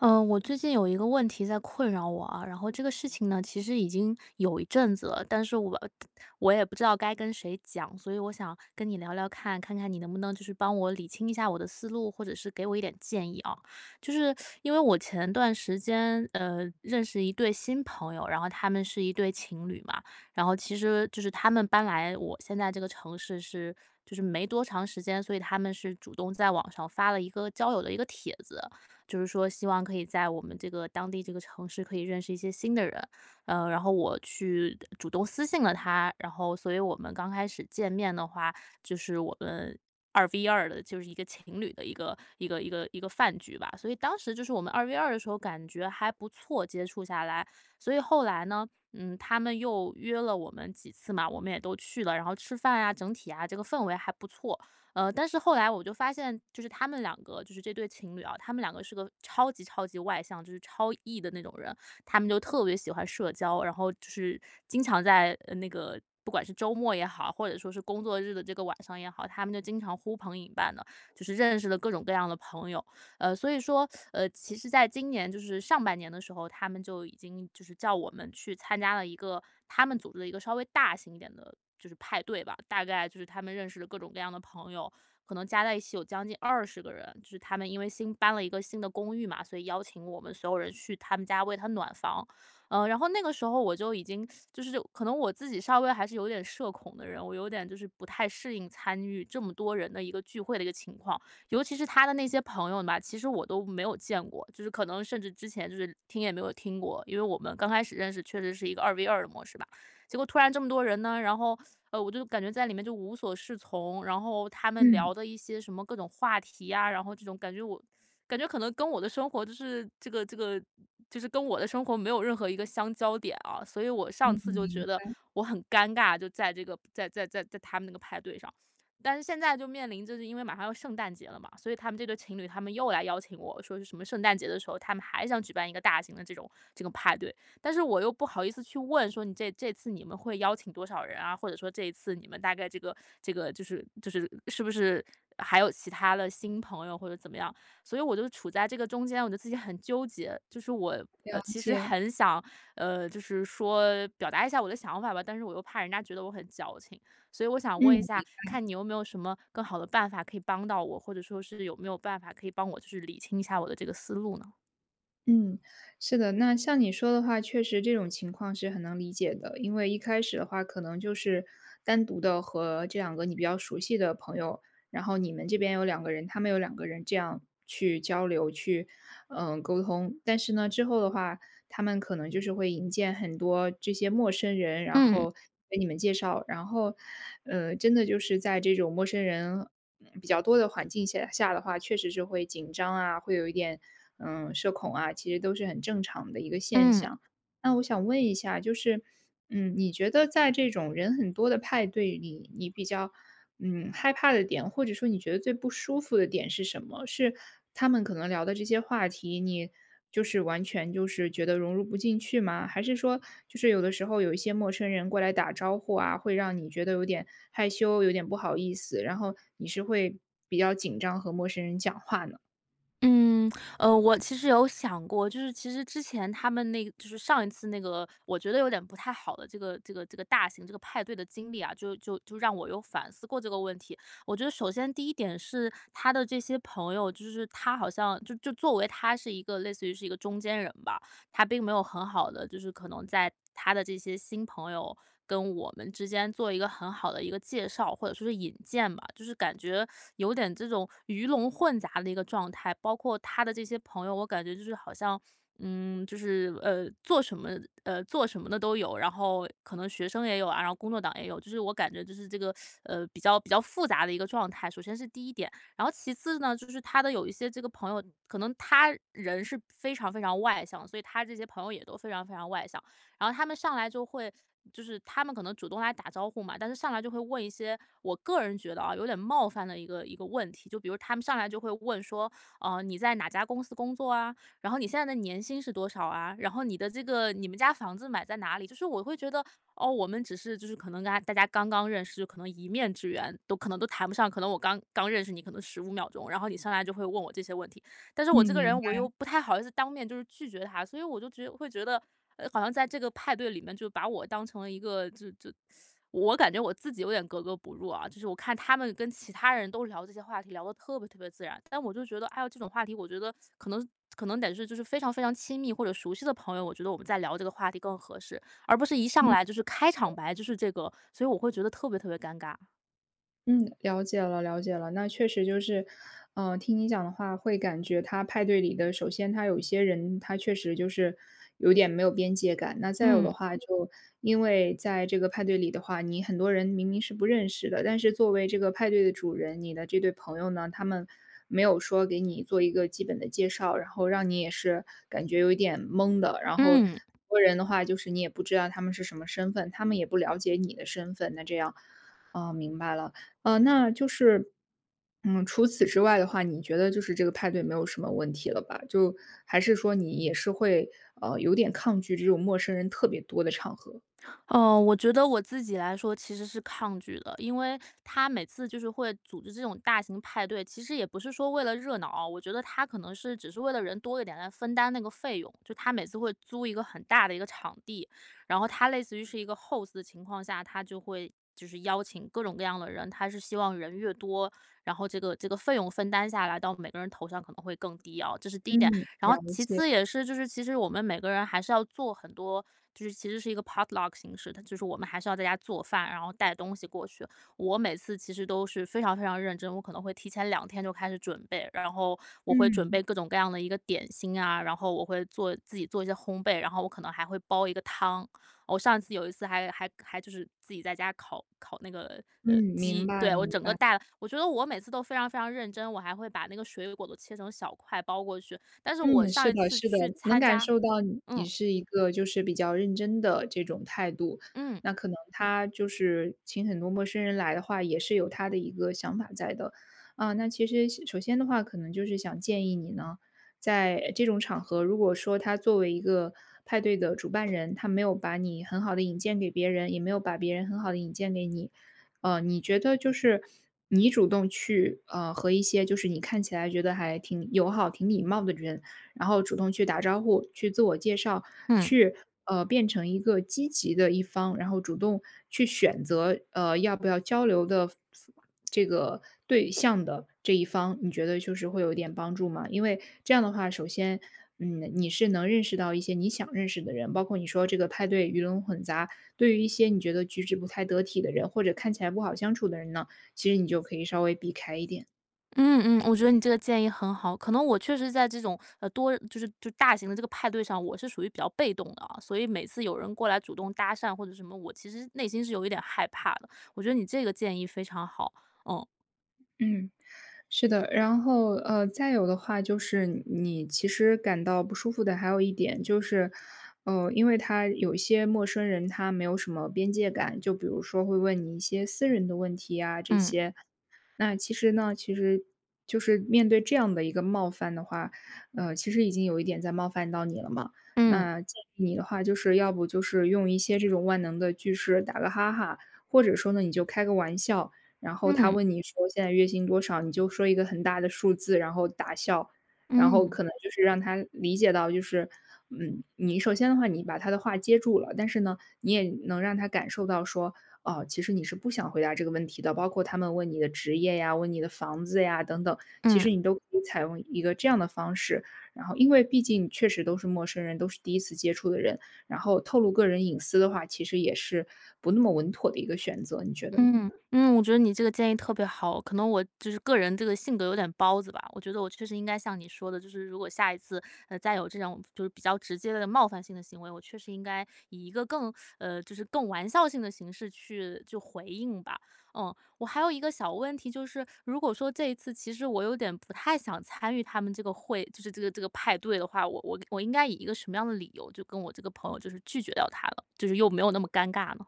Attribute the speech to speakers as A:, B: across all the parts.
A: 我最近有一个问题在困扰我啊，然后这个事情呢，其实已经有一阵子了，但是我也不知道该跟谁讲，所以我想跟你聊聊看，看看你能不能就是帮我理清一下我的思路，或者是给我一点建议啊。就是因为我前段时间认识一对新朋友，然后他们是一对情侣嘛，然后其实就是他们搬来我现在这个城市是。就是没多长时间，所以他们是主动在网上发了一个交友的一个帖子，就是说希望可以在我们这个当地这个城市可以认识一些新的人。然后我去主动私信了他，然后所以我们刚开始见面的话，就是我们。二 v 二的，就是一个情侣的一个饭局吧，所以当时就是我们二 v 二的时候感觉还不错，接触下来，所以后来呢，他们又约了我们几次嘛，我们也都去了，然后吃饭啊，整体啊，这个氛围还不错。但是后来我就发现，就是他们两个，就是这对情侣啊，他们两个是个超级超级外向，就是超 E 的那种人，他们就特别喜欢社交，然后就是经常在那个。不管是周末也好，或者说是工作日的这个晚上也好，他们就经常呼朋引伴的，就是认识了各种各样的朋友。所以说，其实在今年就是上半年的时候，他们就已经就是叫我们去参加了一个他们组织的一个稍微大型一点的，就是派对吧。大概就是他们认识了各种各样的朋友，可能加在一起有将近20个人。就是他们因为新搬了一个新的公寓嘛，所以邀请我们所有人去他们家为他暖房。然后那个时候我就已经就是可能我自己稍微还是有点社恐的人，我有点就是不太适应参与这么多人的一个聚会的一个情况。尤其是他的那些朋友吧，其实我都没有见过，就是可能甚至之前就是听也没有听过，因为我们刚开始认识确实是一个二 v 二的模式吧。结果突然这么多人呢，然后我就感觉在里面就无所适从，然后他们
B: 嗯，
A: 聊的一些什么各种话题啊，然后这种感觉我感觉可能跟我的生活就是这个就是跟我的生活没有任何一个相交点啊，所以我上
B: 嗯，
A: 次就
B: 明
A: 觉得
B: 白，
A: 我很尴尬，就在这个在他们那个派对上。但是现在就面临就是因为马上要圣诞节了嘛，所以他们这对情侣他们又来邀请我说是什么圣诞节的时候，他们还想举办一个大型的这种这个派对，但是我又不好意思去问说你这这次你们会邀请多少人啊，或者说这一次你们大概这个这个就是就是是不是还有其他的新朋友或者怎么样，所以我就处在这个中间，我就自己很纠结，就是我。
B: 了
A: 其实
B: 解，
A: 很想，就是说表达一下我的想法吧，但是我又怕人家觉得我很矫情，所以我想问一
B: 嗯，
A: 下，看你有没有什么更好的办法可以帮到我，或者说是有没有办法可以帮我就是理清一下我的这个思路呢？
B: 嗯，是的，那像你说的话，确实这种情况是很能理解的，因为一开始的话，可能就是单独的和这两个你比较熟悉的朋友，然后你们这边有两个人，他们有两个人这样去交流、去沟通，但是呢，之后的话，他们可能就是会引荐很多这些陌生人，然
A: 嗯。
B: 后给你们介绍，然后，真的就是在这种陌生人比较多的环境下的话，确实是会紧张啊，会有一点社恐啊，其实都是很正常的一个现
A: 嗯。
B: 象。那我想问一下，就是你觉得在这种人很多的派对里，你比较害怕的点，或者说你觉得最不舒服的点是什么？是他们可能聊的这些话题，你就是完全就是觉得融入不进去吗？还是说，就是有的时候有一些陌生人过来打招呼啊，会让你觉得有点害羞，有点不好意思，然后你是会比较紧张和陌生人讲话呢？
A: 嗯，我其实有想过，就是其实之前他们那个，就是上一次那个，我觉得有点不太好的这个大型这个派对的经历啊，就让我有反思过这个问题。我觉得首先第一点是他的这些朋友，就是他好像就作为他是一个类似于是一个中间人吧，他并没有很好的，就是可能在他的这些新朋友跟我们之间做一个很好的一个介绍，或者说是引荐吧，就是感觉有点这种鱼龙混杂的一个状态。包括他的这些朋友，我感觉就是好像。就是做什么做什么的都有，然后可能学生也有啊，然后工作党也有，就是我感觉就是这个比较复杂的一个状态。首先是第一点，然后其次呢，就是他的有一些这个朋友，可能他人是非常非常外向，所以他这些朋友也都非常非常外向。然后他们上来就会，就是他们可能主动来打招呼嘛，但是上来就会问一些我个人觉得啊有点冒犯的一个问题，就比如他们上来就会问说，你在哪家公司工作啊？然后你现在的年薪是多少啊？然后你的这个你们家房子买在哪里？就是我会觉得，哦，我们只是就是可能跟大家刚刚认识，就可能一面之缘，都可能都谈不上，可能我刚刚认识你，可能15秒钟，然后你上来就会问我这些问题。但是
B: 嗯，
A: 我这个
B: 明。
A: 人我又不太好意思当面就是拒绝他，所以我就觉会觉得，好像在这个派对里面就把我当成了一个我感觉我自己有点格格不入啊，就是我看他们跟其他人都聊这些话题，聊得特别特别自然，但我就觉得，哎呦，这种话题，我觉得可能得是就是非常非常亲密或者熟悉的朋友，我觉得我们在聊这个话题更合适，而不是一上来就是开场白就是这个，所以我会觉得特别特别尴尬。
B: 嗯，了解了，了解了。那确实就是，听你讲的话，会感觉他派对里的，首先他有一些人，他确实就是有点没有边界感。那再有的
A: 嗯。
B: 话，就因为在这个派对里的话，你很多人明明是不认识的，但是作为这个派对的主人，你的这对朋友呢，他们没有说给你做一个基本的介绍，然后让你也是感觉有一点懵的。然后很
A: 嗯。
B: 多人的话，就是你也不知道他们是什么身份，他们也不了解你的身份。那这样，啊、明白了。那就是，除此之外的话，你觉得就是这个派对没有什么问题了吧？就还是说你也是会有点抗拒这种陌生人特别多的场合？
A: 嗯，我觉得我自己来说其实是抗拒的，因为他每次就是会组织这种大型派对，其实也不是说为了热闹啊，我觉得他可能是只是为了人多一点来分担那个费用。就他每次会租一个很大的一个场地，然后他类似于是一个 host 的情况下，他就会就是邀请各种各样的人，他是希望人越多，然后这个费用分担下来到每个人头上可能会更低啊，这是第一点。
B: 嗯，
A: 然后
B: 了
A: 其
B: 解，
A: 次也是就是其实我们每个人还是要做很多，就是其实是一个 potluck 形式，它就是我们还是要在家做饭，然后带东西过去。我每次其实都是非常非常认真，我可能会提前2天就开始准备，然后我会准
B: 嗯
A: 备各种各样的一个点心啊，然后我会做自己做一些烘焙，然后我可能还会煲一个汤。我上一次有一次还就是自己在家烤烤那个
B: 嗯，明
A: 鸡，
B: 白
A: 对我
B: 明
A: 整个
B: 白。
A: 带了，我觉得我每次都非常非常认真，我还会把那个水果都切成小块包过去，但是我
B: 嗯，
A: 上
B: 是
A: 一
B: 的
A: 次
B: 是的，
A: 去
B: 能
A: 参
B: 感
A: 加。
B: 受到你
A: 嗯。
B: 是一个就是比较认真的这种态度，
A: 嗯。
B: 那可能他就是请很多陌生人来的话，也是有他的一个想法在的。啊，那其实首先的话，可能就是想建议你呢，在这种场合，如果说他作为一个派对的主办人，他没有把你很好的引荐给别人，也没有把别人很好的引荐给你，你觉得就是你主动去和一些就是你看起来觉得还挺友好、挺礼貌的人然后主动去打招呼、去自我介绍、
A: 嗯。
B: 去变成一个积极的一方，然后主动去选择要不要交流的这个对象的这一方，你觉得就是会有一点帮助吗？因为这样的话，首先，你是能认识到一些你想认识的人，包括你说这个派对鱼龙混杂，对于一些你觉得举止不太得体的人或者看起来不好相处的人呢，其实你就可以稍微避开一点。
A: 嗯。嗯。我觉得你这个建议很好。可能我确实在这种，多就是就大型的这个派对上，我是属于比较被动的啊，所以每次有人过来主动搭讪或者什么，我其实内心是有一点害怕的。我觉得你这个建议非常好。嗯。
B: 嗯，是的，然后，再有的话就是你其实感到不舒服的还有一点就是，因为他有一些陌生人，他没有什么边界感，就比如说会问你一些私人的问题啊，这
A: 嗯。
B: 些。那其实呢，其实就是面对这样的一个冒犯的话，其实已经有一点在冒犯到你了嘛。
A: 嗯。
B: 那建议你的话，就是要不就是用一些这种万能的句式打个哈哈，或者说呢，你就开个玩笑。然后他
A: 嗯。
B: 问你说现在月薪多少，你就说一个很大的数字，然后打笑，然后
A: 嗯。
B: 可能就是让他理解到，就是你首先的话，你把他的话接住了，但是呢，你也能让他感受到说，哦，其实你是不想回答这个问题的，包括他们问你的职业呀，问你的房子呀等等，其实
A: 嗯。
B: 你都可以采用一个这样的方式，然后因为毕竟确实都是陌生人，都是第一次接触的人，然后透露个人隐私的话，其实也是不那么稳妥的一个选择，你觉得呢？
A: 嗯。嗯。我觉得你这个建议特别好，可能我就是个人这个性格有点包子吧，我觉得我确实应该像你说的，就是如果下一次，再有这种就是比较直接的冒犯性的行为，我确实应该以一个更就是更玩笑性的形式去就回应吧。嗯。我还有一个小问题就是，如果说这一次其实我有点不太想参与他们这个会，就是这个这个派对的话，我应该以一个什么样的理由就跟我这个朋友就是拒绝掉他了，就是又没有那么尴尬呢？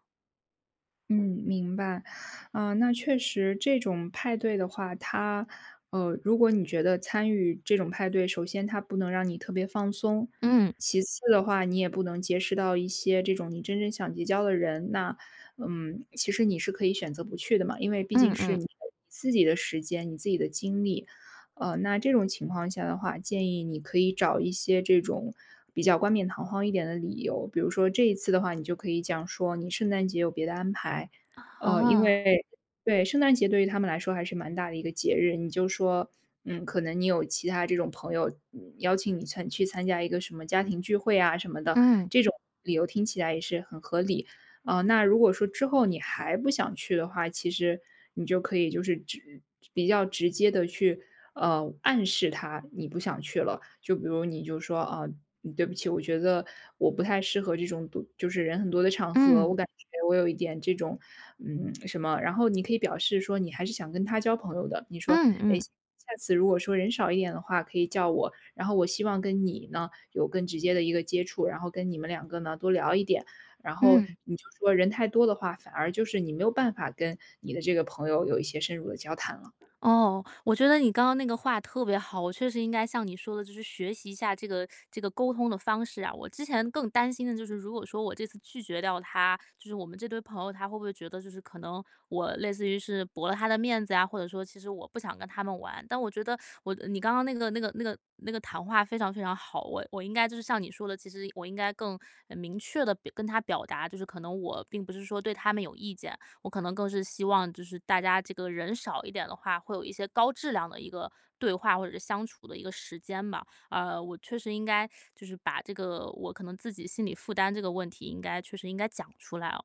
B: 嗯，明白。啊，那确实这种派对的话，它，如果你觉得参与这种派对，首先它不能让你特别放松，
A: 嗯。
B: 其次的话，你也不能结识到一些这种你真正想结交的人，那，其实你是可以选择不去的嘛，因为毕竟
A: 嗯。
B: 是
A: 嗯。
B: 你自己的时间、你自己的精力。那这种情况下的话，建议你可以找一些这种比较冠冕堂皇一点的理由，比如说这一次的话，你就可以讲说你圣诞节有别的安排，因
A: 哦。
B: 为对，圣诞节对于他们来说还是蛮大的一个节日，你就说，可能你有其他这种朋友邀请你参加一个什么家庭聚会啊什么的，
A: 嗯。
B: 这种理由听起来也是很合理。啊，那如果说之后你还不想去的话，其实你就可以就是比较直接的去，暗示他你不想去了。就比如你就说：“啊，嗯对不起，我觉得我不太适合这种多就是人很多的场合，我
A: 嗯。
B: 感觉我有一点这种，嗯，什么。”然后你可以表示说你还是想跟他交朋友的，你说
A: 嗯。
B: 哎：“诶，
A: 嗯。
B: 下次如果说人少一点的话，可以叫我，然后我希望跟你呢，有更直接的一个接触，然后跟你们两个呢，多聊一点。”然后
A: 嗯。
B: 你就说人太多的话，反而就是你没有办法跟你的这个朋友有一些深入的交谈了。
A: 哦，我觉得你刚刚那个话特别好，我确实应该像你说的，就是学习一下这个沟通的方式啊。我之前更担心的就是，如果说我这次拒绝掉他，就是我们这堆朋友，他会不会觉得就是可能我类似于是驳了他的面子啊，或者说其实我不想跟他们玩。但我觉得你刚刚那个谈话非常非常好，我应该就是像你说的，其实我应该更明确的跟他表达，就是可能我并不是说对他们有意见，我可能更是希望就是大家这个人少一点的话，会有一些高质量的一个对话或者是相处的一个时间吧。我确实应该就是把这个我可能自己心理负担这个问题，应该确实应该讲出来哦。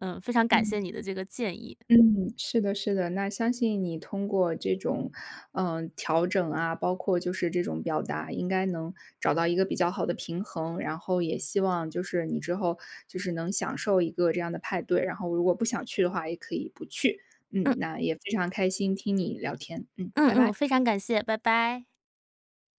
A: 嗯，非常感
B: 嗯
A: 谢你的这个建议。
B: 嗯，是的，是的。那相信你通过这种，调整啊，包括就是这种表达，应该能找到一个比较好的平衡。然后也希望就是你之后就是能享受一个这样的派对。然后如果不想去的话，也可以不去。
A: 嗯。
B: 那也非常开心听你聊天。嗯，
A: 嗯。
B: 拜
A: 嗯。
B: 拜。
A: 非常感谢，拜拜。